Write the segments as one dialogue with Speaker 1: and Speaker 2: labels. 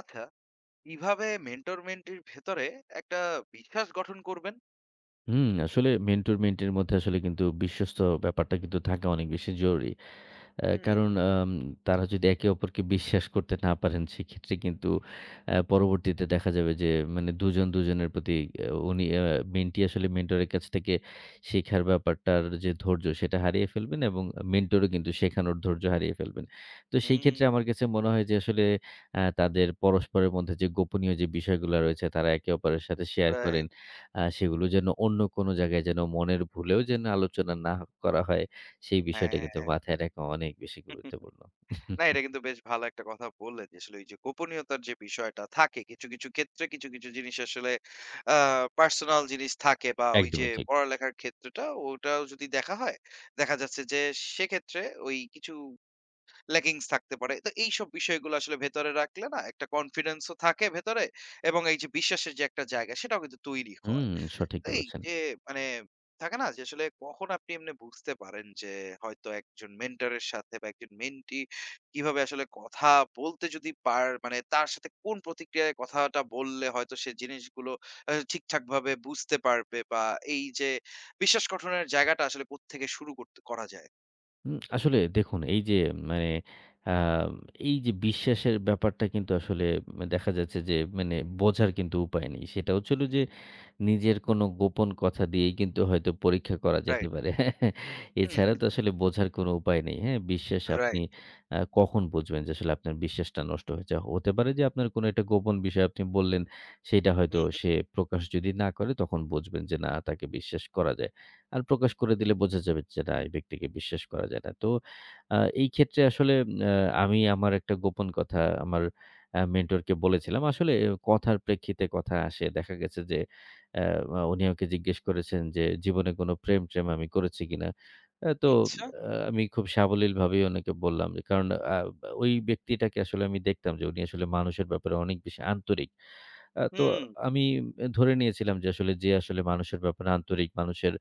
Speaker 1: আচ্ছা, কিভাবে মেন্টর মেন্টির ভেতরে একটা বিশ্বাস গঠন করবেন?
Speaker 2: আসলে মেন্টর মেন্টির মধ্যে আসলে কিন্তু বিশ্বস্ত ব্যাপারটা কিন্তু থাকা অনেক বেশি জরুরি।
Speaker 1: হুম।
Speaker 2: কারণ তারা যদি একে অপরকে বিশ্বাস করতে না পারেন সেক্ষেত্রে কিন্তু পরবর্তীতে দেখা যাবে যে মানে দুজন দুজনের প্রতি আ উনি আ মেন্টি আসলে মেন্টরের কাছ থেকে শেখার ব্যাপারটার যে ধৈর্য সেটা হারিয়ে ফেলবেন এবং মেন্টরও কিন্তু শেখানোর ধৈর্য হারিয়ে ফেলবেন। তো সেই
Speaker 1: হুম।
Speaker 2: ক্ষেত্রে আমার কাছে মনে হয় যে আসলে তাদের পরস্পরের মধ্যে যে গোপনীয় যে বিষয়গুলা রয়েছে তারা একে অপরের সাথে শেয়ার করে
Speaker 1: রাইট।
Speaker 2: সেগুলো যেন অন্য কোনো জায়গায় যেন মনের ভুলেও যেন আলোচনা না করা হয়, সেই বিষয়টা কিন্তু
Speaker 1: হ্যাঁ।
Speaker 2: মাথায় রাখা অনেক বেশি গুরুত্বপূর্ণ।
Speaker 1: না, এটা কিন্তু বেশ ভালো একটা কথা বললেন যে আসলে এই যে গোপনীয়তার যে বিষয়টা থাকে, কিছু কিছু ক্ষেত্রে কিছু কিছু জিনিস আসলে পার্সোনাল জিনিস থাকে, বা ওই যে
Speaker 2: একদমই ঠিক।
Speaker 1: পড়ালেখার ক্ষেত্রটা ওটাও যদি দেখা হয়, দেখা যাচ্ছে যে সেক্ষেত্রে ওই কিছু ল্যাকিংস থাকতে পারে। তো এই সব বিষয়গুলো আসলে ভেতরে রাখলে না, একটা কনফিডেন্সও থাকে ভেতরে এবং এই যে বিশ্বাসের যে একটা জায়গা, সেটাও কিন্তু তৈরি হয়।
Speaker 2: হুম, সঠিক
Speaker 1: এই
Speaker 2: বলেছেন।
Speaker 1: যে মানে থাকে না যে আসলে কখন আপনি এমনি বুঝতে পারেন যে হয়তো একজন মেন্টরের সাথে বা একজন মেন্টি কিভাবে আসলে কথা বলতে যদি পার, মানে তার সাথে কোন প্রতিক্রিয়ায় কথাটা বললে হয়তো সে জিনিসগুলো ঠিকঠাক ভাবে বুঝতে পারবে বা এই যে বিশ্বাস গঠনের জায়গাটা আসলে কোত্থেকে শুরু করতে করা যায়।
Speaker 2: আসলে দেখুন এই যে মানে আ এই যে বিশ্বাসের ব্যাপারটা কিন্তু আসলে দেখা যাচ্ছে যে মানে বোঝার কিন্তু উপায় নেই। সেটা হচ্ছিল যে নিজের কোনো গোপন কথা দিয়েই কিন্তু হয়তো পরীক্ষা করা যেতে
Speaker 1: রাইট।
Speaker 2: পারে। এছাড়া
Speaker 1: হুম।
Speaker 2: তো আসলে বোঝার কোনো উপায় নেই। হ্যাঁ? বিশ্বাস আপনি
Speaker 1: রাইট।
Speaker 2: কখন বুঝবেন যে আসলে আপনার বিশ্বাসটা নষ্ট হয়েছে? হতে পারে যে আপনার কোনো একটা গোপন বিষয় আপনি বললেন, সেইটা
Speaker 1: হুম, right,
Speaker 2: হয়তো
Speaker 1: হুম,
Speaker 2: সে
Speaker 1: হুম।
Speaker 2: প্রকাশ যদি না করে তখন বুঝবেন যে না তাকে বিশ্বাস করা যায় না। আর প্রকাশ করে দিলে বোঝা যাবে যে না এই ব্যক্তিকে বিশ্বাস করা যায় না। তো আ এই ক্ষেত্রে আসলে আ আমি আমার একটা গোপন কথা আমার মেন্টরকে বলেছিলাম। আসলে কথার প্রেক্ষিতে কথা আসে। দেখা গেছে যে আ উনি আমাকে জিজ্ঞেস করেছেন যে জীবনে কোনো প্রেম-ট্রেম আমি করেছি কিনা? তো
Speaker 1: হুম, আচ্ছা।
Speaker 2: আমি খুব সাবলীলভাবেই ওনাকে বললাম যে কারণ আ ওই ব্যক্তিটাকে আসলে আমি দেখতাম যে উনি আসলে মানুষের ব্যাপারে অনেক বেশি আন্তরিক। তো
Speaker 1: হুম।
Speaker 2: আমি ধরে নিয়েছিলাম যে আসলে মানুষের ব্যাপারে আন্তরিক, মানুষের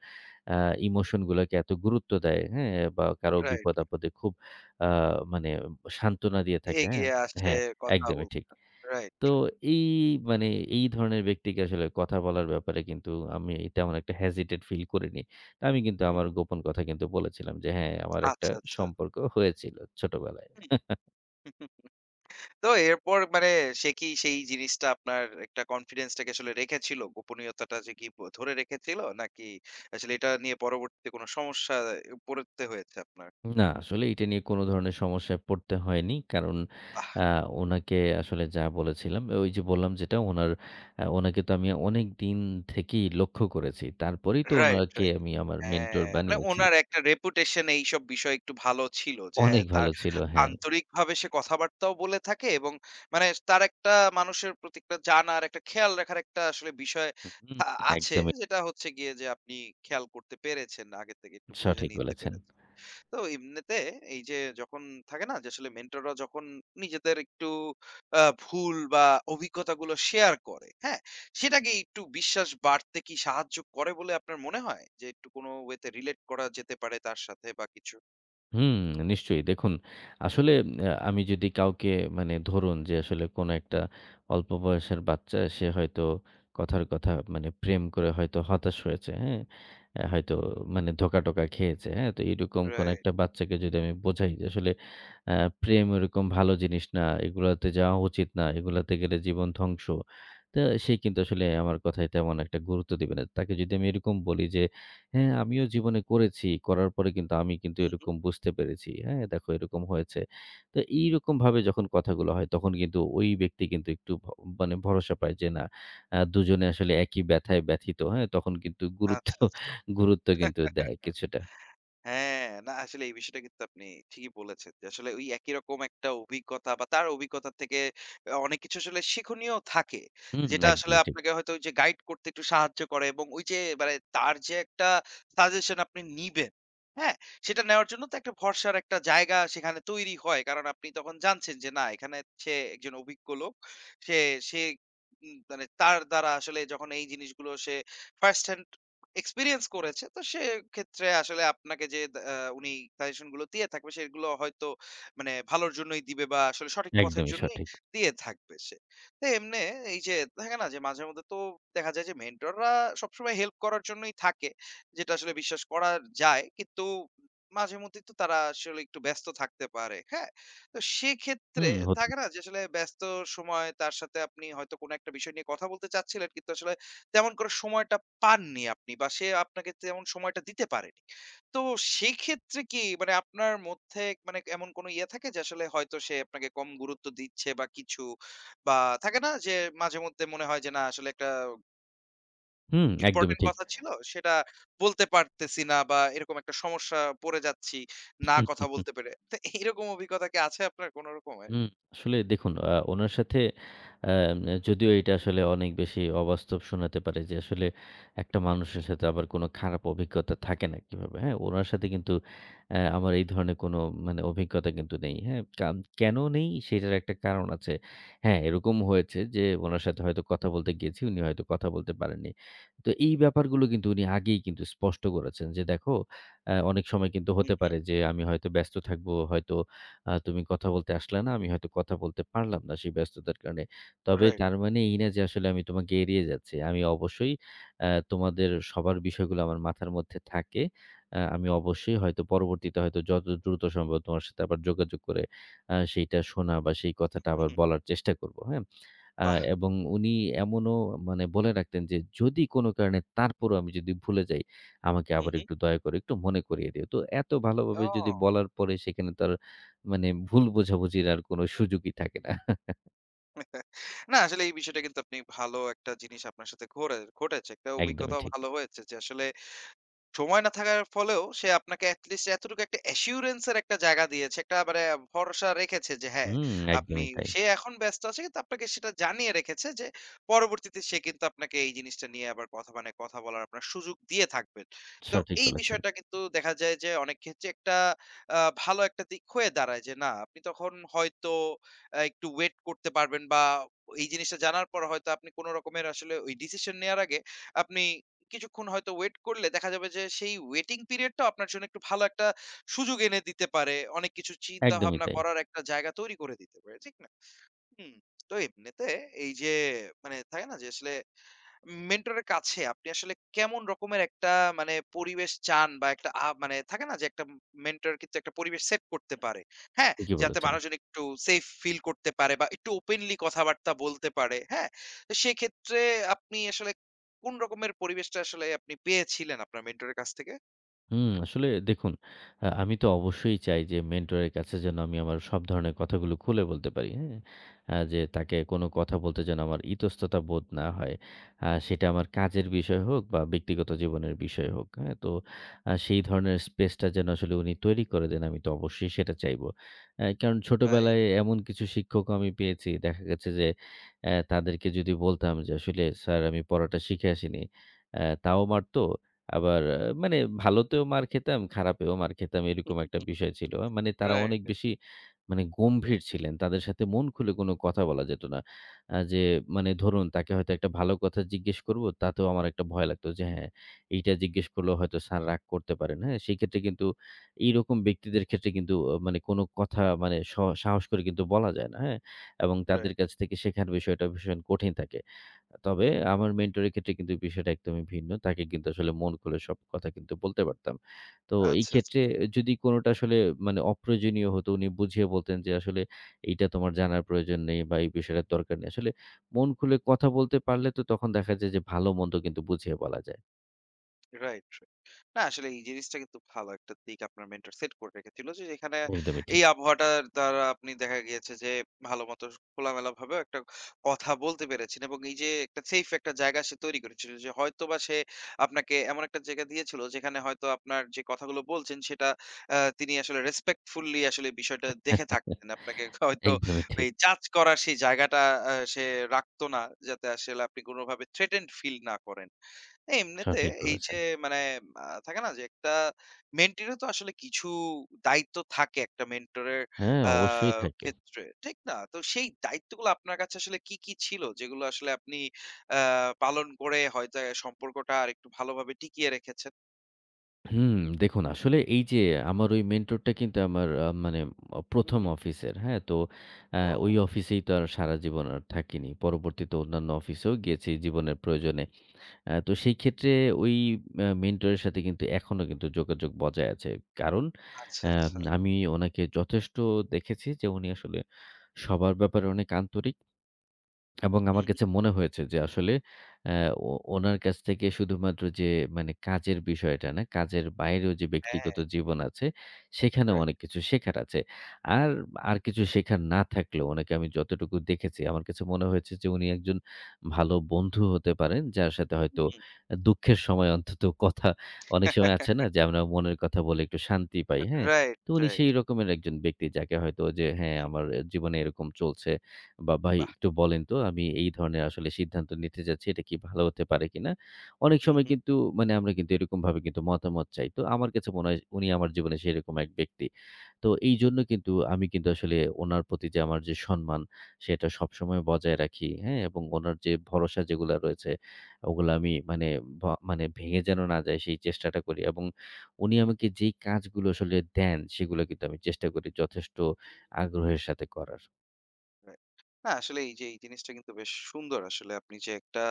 Speaker 2: আ ইমোশন গুলাকে এত গুরুত্ব দেয়, হ্যাঁ? বা কারো
Speaker 1: রাইট।
Speaker 2: বিপদ-আপদে খুব আ মানে সান্ত্বনা দিয়ে থাকে, হ্যাঁ?
Speaker 1: এগিয়ে আসে
Speaker 2: হ্যাঁ,
Speaker 1: কথা
Speaker 2: একদমই
Speaker 1: বলতে।
Speaker 2: ঠিক।
Speaker 1: রাইট,
Speaker 2: তো
Speaker 1: রাইট।
Speaker 2: এই মানে এই ধরনের ব্যক্তিকে আসলে কথা বলার ব্যাপারে কিন্তু আমি তেমন একটা হেজিটেট ফিল করিনি। আমি কিন্তু
Speaker 1: হুম।
Speaker 2: আমার গোপন কথা কিন্তু বলেছিলাম যে, "হ্যাঁ, আমার একটা
Speaker 1: আচ্ছা, আচ্ছা।
Speaker 2: সম্পর্ক হয়েছিল ছোটবেলায়।"
Speaker 1: হুম। তো এরপর মানে সে কি সেই জিনিসটা আপনার একটা কনফিডেন্সটাকে আসলে রেখেছিল? গোপনীয়তাটা সে কি ব ধরে রেখেছিল? নাকি আসলে এটা নিয়ে পরবর্তীতে কোনো সমস্যায় পড়তে হয়েছে আপনার?
Speaker 2: না, আসলে এটা নিয়ে কোনো ধরনের সমস্যায় পড়তে হয়নি। কারণ
Speaker 1: আহ!
Speaker 2: আ উনাকে আসলে যা বলেছিলাম, ওই যে বললাম যেটা উনার আ উনাকে তো আমি অনেকদিন থেকেই লক্ষ্য করেছি। তারপরেই তো
Speaker 1: রাইট,
Speaker 2: উনাকে
Speaker 1: রাইট।
Speaker 2: আমি আমার মেন্টর
Speaker 1: হ্যাঁ, মানে
Speaker 2: বানিয়েছি।
Speaker 1: উনার একটা রেপুটেশন এইসব বিষয়ে একটু ভালো ছিল যে
Speaker 2: অনেক
Speaker 1: হ্যাঁ, তার
Speaker 2: ভালো ছিল। হ্যাঁ।
Speaker 1: আন্তরিকভাবে সে কথাবার্তাও বলে থাকে এবং মানে তার একটা মানুষের প্রতি একটা জানার, একটা খেয়াল রাখার একটা আসলে বিষয়
Speaker 2: হুম,
Speaker 1: আ আছে,
Speaker 2: একদমই
Speaker 1: যেটা হচ্ছে গিয়ে যে আপনি খেয়াল করতে পেরেছেন, আগে থেকে একটু বুঝে
Speaker 2: সঠিক
Speaker 1: নিতে
Speaker 2: বলেছেন।
Speaker 1: পেরেছেন। তো এমনিতে এই যে যখন থাকে না যে আসলে মেন্টররা যখন নিজেদের একটু ভুল বা অভিজ্ঞতাগুলো শেয়ার করে, হ্যাঁ, সেটাকে একটু বিশ্বাস বাড়তে কি সাহায্য করে বলে আপনার মনে হয়, যে একটু কোনো ওয়েতে রিলেট করা যেতে পারে তার সাথে বা কিছু?
Speaker 2: হুম, নিশ্চয়ই। দেখুন আসলে আমি যদি কাউকে মানে ধরুন যে আসলে কোনো একটা অল্প বয়সের বাচ্চা সে হয়তো কথার কথা মানে প্রেম করে হয়তো হতাশ হয়েছে, হ্যাঁ? হয়তো মানে ধোকা-টোকা খেয়েছে, হ্যাঁ? তো এরকম কোনো
Speaker 1: রাইট।
Speaker 2: একটা বাচ্চাকে যদি আমি বোঝাই যে আসলে আ প্রেম ওরকম ভালো জিনিস না, এগুলাতে যাওয়া উচিত না, এগুলাতে গেলে জীবন ধ্বংস। তো সে কিন্তু আসলে আমার কথায় তেমন একটা গুরুত্ব দিবে না। তাকে যদি আমি এরকম বলি যে হ্যাঁ, আমিও জীবনে করেছি। করার পরে কিন্তু আমি কিন্তু
Speaker 1: হুম, হুম।
Speaker 2: এরকম বুঝতে পেরেছি। হ্যাঁ, দেখো এরকম হয়েছে। তো এইরকমভাবে যখন কথাগুলো হয় তখন কিন্তু ওই ব্যক্তি কিন্তু একটু ভ মানে ভরসা পায় যে না দুজনে আসলে একই ব্যথায় ব্যথিত। হ্যাঁ? তখন কিন্তু গুরুত্ব,
Speaker 1: আচ্ছা, আচ্ছা।
Speaker 2: গুরুত্ব কিন্তু দেয় কিছুটা।
Speaker 1: হ্যাঁ, না আসলে এই বিষয়টা কিন্তু আপনি ঠিকই বলেছেন যে, আসলে ওই একই রকম একটা অভিজ্ঞতা বা তার অভিজ্ঞতা থেকে অনেক কিছু আসলে শিক্ষণীয় থাকে। যেটা আসলে
Speaker 2: একদমই ঠিক।
Speaker 1: আপনাকে হয়তো ওই যে গাইড করতে একটু সাহায্য করে এবং ওই যে মানে তার যে একটা সাজেশন আপনি নিবেন, হ্যাঁ? সেটা নেওয়ার জন্য তো একটা ভরসার একটা জায়গা সেখানে তৈরি হয়। কারণ আপনি তখন জানছেন যে না, এখানে সে একজন অভিজ্ঞ লোক। সে সে মানে তার দ্বারা আসলে যখন এই জিনিসগুলো সে ফার্স্ট হ্যান্ড এক্সপেরিয়েন্স করেছে। তো সেক্ষেত্রে আসলে আপনাকে যে দা আ উনি সাজেশন গুলো দিয়ে থাকবে, সেগুলো হয়তো মানে ভালোর জন্যই দিবে বা আসলে সঠিক পথের
Speaker 2: একদমই
Speaker 1: জন্যই
Speaker 2: সঠিক।
Speaker 1: দিয়ে থাকবে সে। তো এমনে এই যে থাকে না যে মাঝে মধ্যে তো দেখা যায় যে মেন্টররা সবসময় হেল্প করার জন্যই থাকে, যেটা আসলে বিশ্বাস করা যায়। কিন্তু মাঝে মধ্যেই তো তারা আসলে একটু ব্যস্ত থাকতে পারে, হ্যাঁ? তো সেক্ষেত্রে
Speaker 2: হুম, হতেই
Speaker 1: থাকে না যে আসলে ব্যস্ত সময় তার সাথে আপনি হয়তো কোনো একটা বিষয় নিয়ে কথা বলতে চাচ্ছিলেন কিন্তু আসলে তেমন করে সময়টা পাননি আপনি, বা সে আপনাকে তেমন সময়টা দিতে পারেনি। তো সেই ক্ষেত্রে কি মানে আপনার মধ্যে মানে এমন কোনো ইয়ে থাকে যে আসলে হয়তো সে আপনাকে কম গুরুত্ব দিচ্ছে বা কিছু, বা থাকে না যে মাঝেমধ্যে মনে হয় যে না আসলে একটা
Speaker 2: একদমই
Speaker 1: ইম্পোর্টেন্ট
Speaker 2: ঠিক।
Speaker 1: কথা ছিল, সেটা বলতে পারতেছি না বা এরকম একটা সমস্যা পড়ে যাচ্ছি, না কথা বলতে পেরে? তো এরকম অভিজ্ঞতা কি আছে আপনার কোন রকমের?
Speaker 2: হুম, আসলে দেখুন উনার সাথে আ যদিও এটা আসলে অনেক বেশি অবাস্তব শোনাতে পারে যে আসলে একটা মানুষের সাথে আবার কোনো খারাপ অভিজ্ঞতা থাকে না কিভাবে, হ্যাঁ? উনার সাথে কিন্তু আমার এই ধরনের কোনো মানে অভিজ্ঞতা কিন্তু নেই, হ্যাঁ? কেন নেই সেটার একটা কারণ আছে। হ্যাঁ, এরকম হয়েছে যে উনার সাথে হয়তো কথা বলতে গিয়েছি, উনি হয়তো কথা বলতে পারেননি। তো এই ব্যাপারগুলো কিন্তু উনি আগেই কিন্তু স্পষ্ট করেছেন যে দেখো, অনেক সময় কিন্তু
Speaker 1: হু,
Speaker 2: হতে
Speaker 1: হু।
Speaker 2: পারে যে আমি হয়তো ব্যস্ত থাকবো, হয়তো তুমি কথা বলতে আসলে না, আমি হয়তো কথা বলতে পারলাম না সেই ব্যস্ততার কারণে। তবে
Speaker 1: রাইট।
Speaker 2: তার মানে এই না যে আসলে আমি তোমাকে এড়িয়ে যাচ্ছি। আমি অবশ্যই তোমাদের সবার বিষয়গুলো আমার মাথার মধ্যে থাকে। আমি অবশ্যই হয়তো পরবর্তীতে হয়তো যত দ্রুত সম্ভব তোমার সাথে আবার যোগাযোগ করে সেইটা শোনা বা সেই কথাটা আবার
Speaker 1: হুম,
Speaker 2: বলার চেষ্টা করব। হ্যাঁ? আ
Speaker 1: বাহ!
Speaker 2: এবং উনি এমনও মানে বলে রাখতেন যে, "যদি কোনো কারণে তারপরও আমি যদি ভুলে যাই, আমাকে
Speaker 1: হু,
Speaker 2: আবার
Speaker 1: হু।
Speaker 2: একটু দয়া করে একটু মনে করিয়ে দিও।" তো এত ভালোভাবে যদি
Speaker 1: ও।
Speaker 2: বলার পরে সেখানে তার মানে ভুল বোঝাবুঝির আর কোনো সুযোগই থাকে না।
Speaker 1: না আসলে এই বিষয়টা কিন্তু আপনি ভালো একটা জিনিস আপনার সাথে ঘরে ঘটেছে। একটা
Speaker 2: একদমই
Speaker 1: অভিজ্ঞতাও
Speaker 2: ঠিক।
Speaker 1: ভালো হয়েছে যে আসলে সময় না থাকার ফলেও সে আপনাকে এটলিস্ট এতটুকু একটা অ্যাসিউরেন্স এর একটা জায়গা দিয়েছে। একটা মানে ভরসা রেখেছে যে হ্যাঁ,
Speaker 2: হুম,
Speaker 1: আপনি,
Speaker 2: একদমই তাই।
Speaker 1: সে এখন ব্যস্ত আছে কিন্তু আপনাকে সেটা জানিয়ে রেখেছে যে পরবর্তীতে সে কিন্তু আপনাকে এই জিনিসটা নিয়ে আবার কথা মানে কথা বলার আপনার সুযোগ দিয়ে থাকবেন। তো
Speaker 2: সঠিক
Speaker 1: এই
Speaker 2: বলেছেন।
Speaker 1: বিষয়টা কিন্তু দেখা যায় যে অনেক ক্ষেত্রে একটা ভালো একটা দিক হয়ে দাঁড়ায় যে না, আপনি তখন হয়তো একটু ওয়েট করতে পারবেন বা এই জিনিসটা জানার পর হয়তো আপনি কোন রকমের আসলে ওই ডিসিশন নেয়ার আগে আপনি কিছুক্ষণ হয়তো ওয়েট করলে দেখা যাবে যে সেই ওয়েটিং পিরিয়ডটা আপনার জন্য একটু ভালো একটা সুযোগ এনে দিতে পারে, অনেক কিছু চিন্তা
Speaker 2: একদমই
Speaker 1: ভাবনা
Speaker 2: তাই।
Speaker 1: করার একটা জায়গা তৈরি করে দিতে পারে। ঠিক না? হুম। তো এমনিতে এই যে মানে থাকে না যে আসলে মেন্টরের কাছে আপনি আসলে কেমন রকমের একটা মানে পরিবেশ চান, বা একটা মানে থাকে না যে একটা মেন্টর কিন্তু একটা পরিবেশ সেট করতে পারে, হ্যাঁ?
Speaker 2: ঠিকই
Speaker 1: যাতে
Speaker 2: বলেছেন।
Speaker 1: মানুষজন একটু সেফ ফিল করতে পারে বা একটু ওপেনলি কথাবার্তা বলতে পারে, হ্যাঁ? তো সেক্ষেত্রে আপনি আসলে কোন রকমের পরিবেশটা আসলে আপনি পেয়েছিলেন আপনার মেন্টরের কাছ থেকে?
Speaker 2: আসলে দেখুন আমি তো অবশ্যই চাই যে মেন্টরের কাছে যেন আমি আমার সব ধরনের কথাগুলো খুলে বলতে পারি। হ্যাঁ? যে তাকে কোনো কথা বলতে যেন আমার ইতস্ততা বোধ না হয়। সেটা আমার কাজের বিষয় হোক বা ব্যক্তিগত জীবনের বিষয় হোক। হ্যাঁ? তো সেই ধরনের স্পেসটা যেন আসলে উনি তৈরি করে দেন আমি তো অবশ্যই সেটা চাইবো। কারণ
Speaker 1: রাইট,
Speaker 2: ছোটবেলায় এমন কিছু শিক্ষকও আমি পেয়েছি। দেখা গেছে যে তাদেরকে যদি বলতাম যে আসলে স্যার আমি পড়াটা শিখে আসিনি। তাও মারতো আবার মানে ভালোতেও মার খেতাম, খারাপেও মার খেতাম এরকম একটা বিষয় ছিল। মানে তারা অনেক
Speaker 1: রাইট,
Speaker 2: বেশি মানে গম্ভীর ছিলেন। তাদের সাথে মন খুলে কোনো কথা বলা যেত না। যে মানে ধরুন তাকে হয়তো একটা ভালো কথা জিজ্ঞেস করব তাতেও আমার একটা ভয় লাগতো যে হ্যাঁ, এইটা জিজ্ঞেস করলেও হয়তো স্যার রাগ করতে পারেন। হ্যাঁ? সেক্ষেত্রে কিন্তু এইরকম ব্যক্তিদের ক্ষেত্রে কিন্তু মানে কোনো কথা মানে সাহস করে কিন্তু বলা যায় না। হ্যাঁ? এবং তাদের
Speaker 1: রাইট।
Speaker 2: কাছ থেকে শেখার বিষয়টা ভীষণ কঠিন থাকে।
Speaker 1: হু,
Speaker 2: তবে
Speaker 1: হু।
Speaker 2: আমার মেন্টরের ক্ষেত্রে কিন্তু বিষয়টা একদমই ভিন্ন। তাকে কিন্তু আসলে মন খুলে সব কথা কিন্তু বলতে পারতাম। তো এই
Speaker 1: আচ্ছা, আচ্ছা।
Speaker 2: ক্ষেত্রে যদি কোনটা আসলে মানে অপ্রয়োজনীয় হতো উনি বুঝিয়ে বলতেন যে, "আসলে এইটা তোমার জানার প্রয়োজন নেই বা এই বিষয়টার দরকার নেই।" আসলে মন খুলে কথা বলতে পারলে তো তখন দেখা যায় যে ভালো-মন্দ কিন্তু বুঝিয়ে বলা যায়।
Speaker 1: Right, right. না আসলে এই জিনিসটা কিন্তু ভালো একটা দিক আপনার মেন্টর সেট করে রেখেছিল যে যেখানে
Speaker 2: একদমই ঠিক।
Speaker 1: এই আবহাওয়াটার দ্বারা আপনি দেখা গিয়েছে যে ভালো মতো খোলামেলা ভাবে একটা কথা বলতে পেরেছেন, এবং এই যে একটা সেফ একটা জায়গা সে তৈরি করেছিল যে হয়তো বা সে আপনাকে এমন একটা জায়গা দিয়েছিল যেখানে হয়তো আপনার যে কথাগুলো বলছেন সেটা তিনি আসলে রেসপেক্টফুলি আসলে বিষয়টা দেখে থাকতেন আপনাকে হয়তো
Speaker 2: একদমই ঠিক।
Speaker 1: ওই জাজ করার সেই জায়গাটা সে রাখতো না, যাতে আসলে আপনি কোনোভাবে থ্রেটেন্ড ফিল না করেন। না, এমনিতে
Speaker 2: সঠিক
Speaker 1: এই যে
Speaker 2: বলেছেন।
Speaker 1: মানে থাকে না যে একটা মেন্টরের তো আসলে কিছু দায়িত্ব থাকে একটা মেন্টরের
Speaker 2: হ্যাঁ,
Speaker 1: আ
Speaker 2: অবশ্যই থাকে।
Speaker 1: ক্ষেত্রে। ঠিক না? তো সেই দায়িত্বগুলো আপনার কাছে আসলে কি, কি ছিল যেগুলো আসলে আপনি আ পালন করে হয়তো এ সম্পর্কটা আরেকটু ভালোভাবে টিকিয়ে রেখেছেন?
Speaker 2: হুম, দেখুন আসলে এই যে আমার ওই মেন্টরটা কিন্তু আমার মানে
Speaker 1: হুম,
Speaker 2: ১ম
Speaker 1: হুম।
Speaker 2: অফিসের, হ্যাঁ? তো আ
Speaker 1: ও।
Speaker 2: ওই অফিসেই তো আর সারা জীবন আর থাকিনি। পরবর্তীতে অন্যান্য অফিসেও গিয়েছি জীবনের প্রয়োজনে। তো সেই ক্ষেত্রে ওই মেন্টরের সাথে কিন্তু এখনো কিন্তু যোগাযোগ বজায় আছে। কারণ
Speaker 1: আচ্ছা,
Speaker 2: আ
Speaker 1: আচ্ছা।
Speaker 2: আমি ওনাকে যথেষ্ট দেখেছি যে উনি আসলে সবার ব্যাপারে অনেক আন্তরিক। এবং
Speaker 1: হুম,
Speaker 2: আমার
Speaker 1: হুম।
Speaker 2: কাছে মনে হয়েছে যে আসলে আ ও ওনার কাছ থেকে শুধুমাত্র যে মানে কাজের বিষয়টা না, কাজের বাইরেও যে
Speaker 1: হ্যাঁ।
Speaker 2: ব্যক্তিগত জীবন আছে, সেখানেও
Speaker 1: রাইট।
Speaker 2: অনেক কিছু শেখার আছে। আর, আর কিছু শেখার না থাকলেও ওনাকে আমি যতটুকু দেখেছি আমার কাছে মনে হয়েছে যে উনি একজন ভালো বন্ধু হতে পারেন, যার সাথে হয়তো
Speaker 1: হুম।
Speaker 2: দুঃখের সময় অন্তত কথা অনেক সময় আছে না যে আমরা মনের কথা বলে একটু শান্তি পাই, হ্যাঁ?
Speaker 1: রাইট,
Speaker 2: তো উনি
Speaker 1: রাইট।
Speaker 2: সেই রকমের একজন ব্যক্তি যাকে হয়তো যে হ্যাঁ,
Speaker 1: হুম,
Speaker 2: আমার জীবনে এরকম চলছে। বা ভাই
Speaker 1: বাহ!
Speaker 2: একটু বলেন তো আমি এই ধরনের আসলে সিদ্ধান্ত নিতে যাচ্ছি এটা কি ভালো হতে পারে কিনা? অনেক
Speaker 1: হুম,
Speaker 2: সময় কিন্তু মানে আমরা কিন্তু এরকমভাবে কিন্তু মতামত চাই। তো আমার কাছে মনে হয় উনি আমার জীবনে সেরকম এক ব্যক্তি। তো এইজন্য কিন্তু আমি কিন্তু আসলে উনার প্রতি যে আমার যে সম্মান সেটা সবসময় বজায় রাখি, হ্যাঁ? এবং উনার যে ভরসা যেগুলা রয়েছে ওগুলা আমি মানে ভ মানে ভেঙে যেন না যায় সেই চেষ্টাটা করি এবং উনি আমাকে যেই কাজগুলো আসলে দেন সেগুলো কিন্তু আমি চেষ্টা করি যথেষ্ট
Speaker 1: হুম।
Speaker 2: আগ্রহের সাথে করার।
Speaker 1: রাইট। না আসলে এই যে এই জিনিসটা কিন্তু বেশ সুন্দর আসলে আপনি যে একটা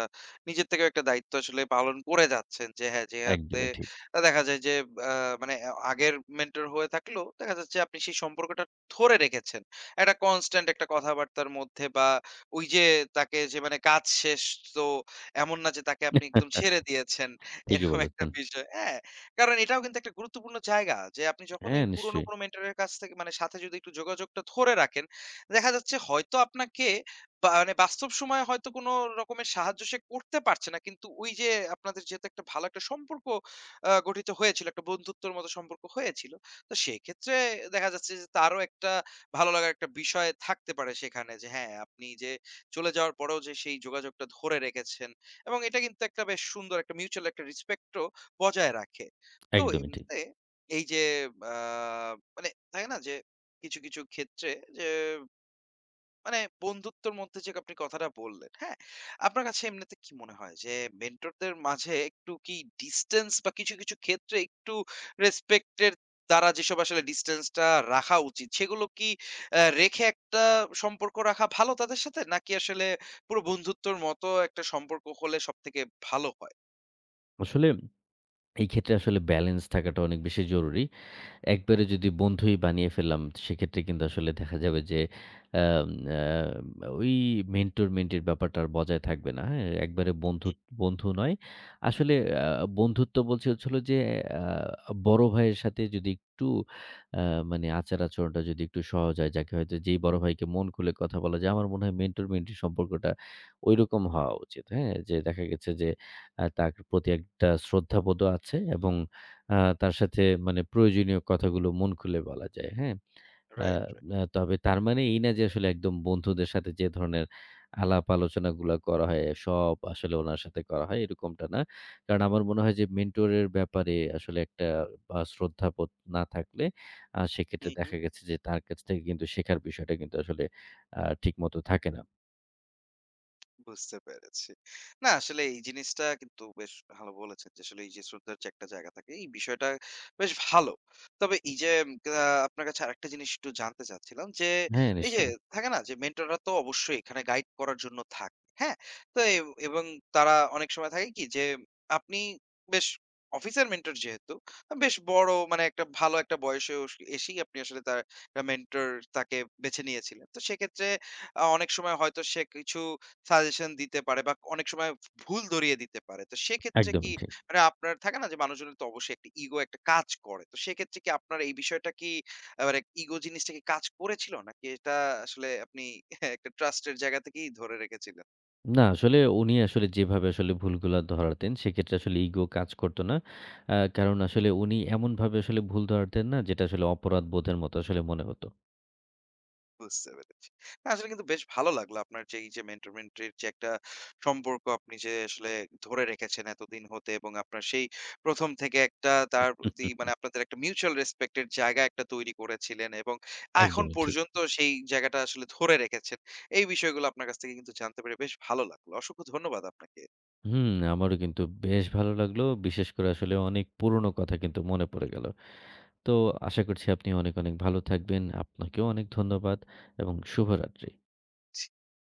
Speaker 1: নিজের থেকেও একটা দায়িত্ব আসলে পালন করে যাচ্ছেন যে হ্যাঁ, যে হাতে
Speaker 2: একদমই ঠিক।
Speaker 1: দেখা যায় যে মানে আগের মেন্টর হয়ে থাকলেও দেখা যাচ্ছে আপনি সেই সম্পর্কটা ধরে রেখেছেন একটা কনস্ট্যান্ট একটা কথাবার্তার মধ্যে বা ওই যে তাকে যে মানে কাজ শেষ, তো এমন না যে তাকে আপনি একদম ছেড়ে দিয়েছেন
Speaker 2: ঠিকই
Speaker 1: এরকম একটা
Speaker 2: বলেছেন।
Speaker 1: বিষয়, হ্যাঁ? কারণ এটাও কিন্তু একটা গুরুত্বপূর্ণ জায়গা যে আপনি যখন
Speaker 2: হ্যাঁ,
Speaker 1: এই পুরোনো
Speaker 2: নিশ্চয়ই।
Speaker 1: কোনো মেন্টরের কাছ থেকে মানে সাথে যদি একটু যোগাযোগটা ধরে রাখেন, দেখা যাচ্ছে হয়তো আপনাকে, বা মানে বাস্তব সময়ে হয়তো কোনো রকমের সাহায্য সে করতে পারছে না, কিন্তু ওই যে আপনাদের যেহেতু একটা ভালো একটা সম্পর্ক গঠিত হয়েছিল, একটা বন্ধুত্বের মতো সম্পর্ক হয়েছিল। তো সেক্ষেত্রে দেখা যাচ্ছে যে তারও একটা ভালো লাগার একটা বিষয় থাকতে পারে সেখানে যে হ্যাঁ, আপনি যে চলে যাওয়ার পরেও যে সেই যোগাযোগটা ধরে রেখেছেন এবং এটা কিন্তু একটা বেশ সুন্দর একটা মিউচুয়াল একটা রেসপেক্ট ও বজায় রাখে। তো
Speaker 2: একদমই ঠিক।
Speaker 1: এমনিতে এই যে আ মানে থাকে না যে কিছু, কিছু ক্ষেত্রে যে মানে বন্ধুত্বর মধ্যে যে আপনি কথাটা বললেন, হ্যাঁ? আপনার কাছে এমনিতে কি মনে হয় যে মেন্টরদের মাঝে একটু কি ডিসট্যান্স বা কিছু, কিছু ক্ষেত্রে একটু রেসপেক্ট এর দ্বারা যেসব আসলে ডিসট্যান্স টা রাখা উচিত সেগুলো কি রেখে একটা সম্পর্ক রাখা ভালো তাদের সাথে? নাকি আসলে পুরো বন্ধুত্বর মতো একটা সম্পর্ক হলে সবথেকে ভালো হয়?
Speaker 2: আসলে এই ক্ষেত্রে আসলে ব্যালেন্স থাকাটা অনেক বেশি জরুরি। একবারে যদি বন্ধুই বানিয়ে ফেললাম, সেক্ষেত্রে কিন্তু আসলে দেখা যাবে যে আম আ ওই মেন্টর মেন্টির ব্যাপারটা আর বজায় থাকবে না। হ্যাঁ? একবারে
Speaker 1: হু,
Speaker 2: বন্ধু
Speaker 1: হু।
Speaker 2: বন্ধু নয়। আসলে আ বন্ধুত্ব বলছি হচ্ছে হলো যে আ বড় ভাইয়ের সাথে যদি একটু আ মানে আচার-আচরণটা যদি একটু সহজ হয়, যাকে হয়তো যেই বড় ভাইকে মন খুলে কথা বলা যায়, আমার মনে হয় মেন্টর মেন্টির সম্পর্কটা ঐরকম হওয়া উচিত। হ্যাঁ? যে দেখা গেছে যে তার প্রতি একটা শ্রদ্ধাবোধও আছে এবং আ তার সাথে মানে প্রয়োজনীয় কথাগুলো মন খুলে বলা যায়, হ্যাঁ? আ
Speaker 1: রাইট, রাইট।
Speaker 2: আ তবে তার মানে এই না যে আসলে একদম বন্ধুদের সাথে যে ধরনের আলাপ আলোচনাগুলা করা হয়, সব আসলে উনার সাথে করা হয় এরকমটা না। কারণ আমার মনে হয় যে মেন্টরের ব্যাপারে আসলে একটা শ্রদ্ধাবোধ না থাকলে
Speaker 1: হু,
Speaker 2: সেক্ষেত্রে
Speaker 1: হু।
Speaker 2: দেখা গেছে যে তার কাছ থেকে কিন্তু শেখার বিষয়টা কিন্তু আসলে ঠিকমতো থাকে না।
Speaker 1: বুঝতে পেরেছি। না আসলে এই জিনিসটা কিন্তু বেশ ভালো বলেছেন যে আসলে এই যে শ্রদ্ধার যে একটা জায়গা থাকে, এই বিষয়টা বেশ ভালো। তবে এই যে আপনার কাছে আরেকটা জিনিস একটু জানতে চাচ্ছিলাম যে
Speaker 2: হ্যাঁ,
Speaker 1: এই যে
Speaker 2: নিশ্চয়ই।
Speaker 1: থাকে না যে মেন্টররা তো অবশ্যই এখানে গাইড করার জন্য থাকে, হ্যাঁ? তো এ এবং তারা অনেক সময় থাকে কি যে আপনি বেশ, অফিসের মেন্টর যেহেতু বেশ বড় মানে একটা ভালো একটা বয়সে ওস এসেই আপনি আসলে তার মেন্টর তাকে বেছে নিয়েছিলেন। তো সেক্ষেত্রে অনেক সময় হয়তো সে কিছু সাজেশন দিতে পারে বা অনেক সময় ভুল ধরিয়ে দিতে পারে। তো সেক্ষেত্রে কি
Speaker 2: একদমই ঠিক।
Speaker 1: মানে আপনার থাকে না যে মানুষজনের তো অবশ্যই একটা ইগো একটা কাজ করে। তো সেক্ষেত্রে কি আপনার এই বিষয়টা কি মানে ইগো জিনিসটা কি কাজ করেছিল? নাকি এটা আসলে আপনি একটা ট্রাস্ট এর জায়গা থেকেই ধরে রেখেছিলেন?
Speaker 2: না আসলে উনি আসলে যেভাবে আসলে ভুলগুলা ধরাতেন সেক্ষেত্রে আসলে ইগো কাজ করতো না। কারণ আসলে উনি এমনভাবে আসলে ভুল ধরাতেন না যেটা আসলে অপরাধ বোধের মতো আসলে মনে হতো।
Speaker 1: বুঝতে পেরেছি। না, আসলে কিন্তু বেশ ভালো লাগলো আপনার যে এই যে মেন্টর মেন্টরির যে একটা সম্পর্ক আপনি যে আসলে ধরে রেখেছেন এতদিন হতে এবং আপনার সেই ১ম থেকে একটা তার প্রতি মানে আপনাদের একটা মিউচুয়াল রেসপেক্ট এর জায়গা একটা তৈরি করেছিলেন এবং এখন
Speaker 2: একদমই ঠিক।
Speaker 1: পর্যন্ত সেই জায়গাটা আসলে ধরে রেখেছেন। এই বিষয়গুলো আপনার কাছ থেকে কিন্তু জানতে পেরে বেশ ভালো লাগলো। অসংখ্য ধন্যবাদ আপনাকে।
Speaker 2: হুম, আমারও কিন্তু বেশ ভালো লাগলো। বিশেষ করে আসলে অনেক পুরনো কথা কিন্তু মনে পড়ে গেল। তো আশা করছি আপনি অনেক, অনেক ভালো থাকবেন। আপনাকেও অনেক ধন্যবাদ এবং শুভরাত্রি।
Speaker 1: জি।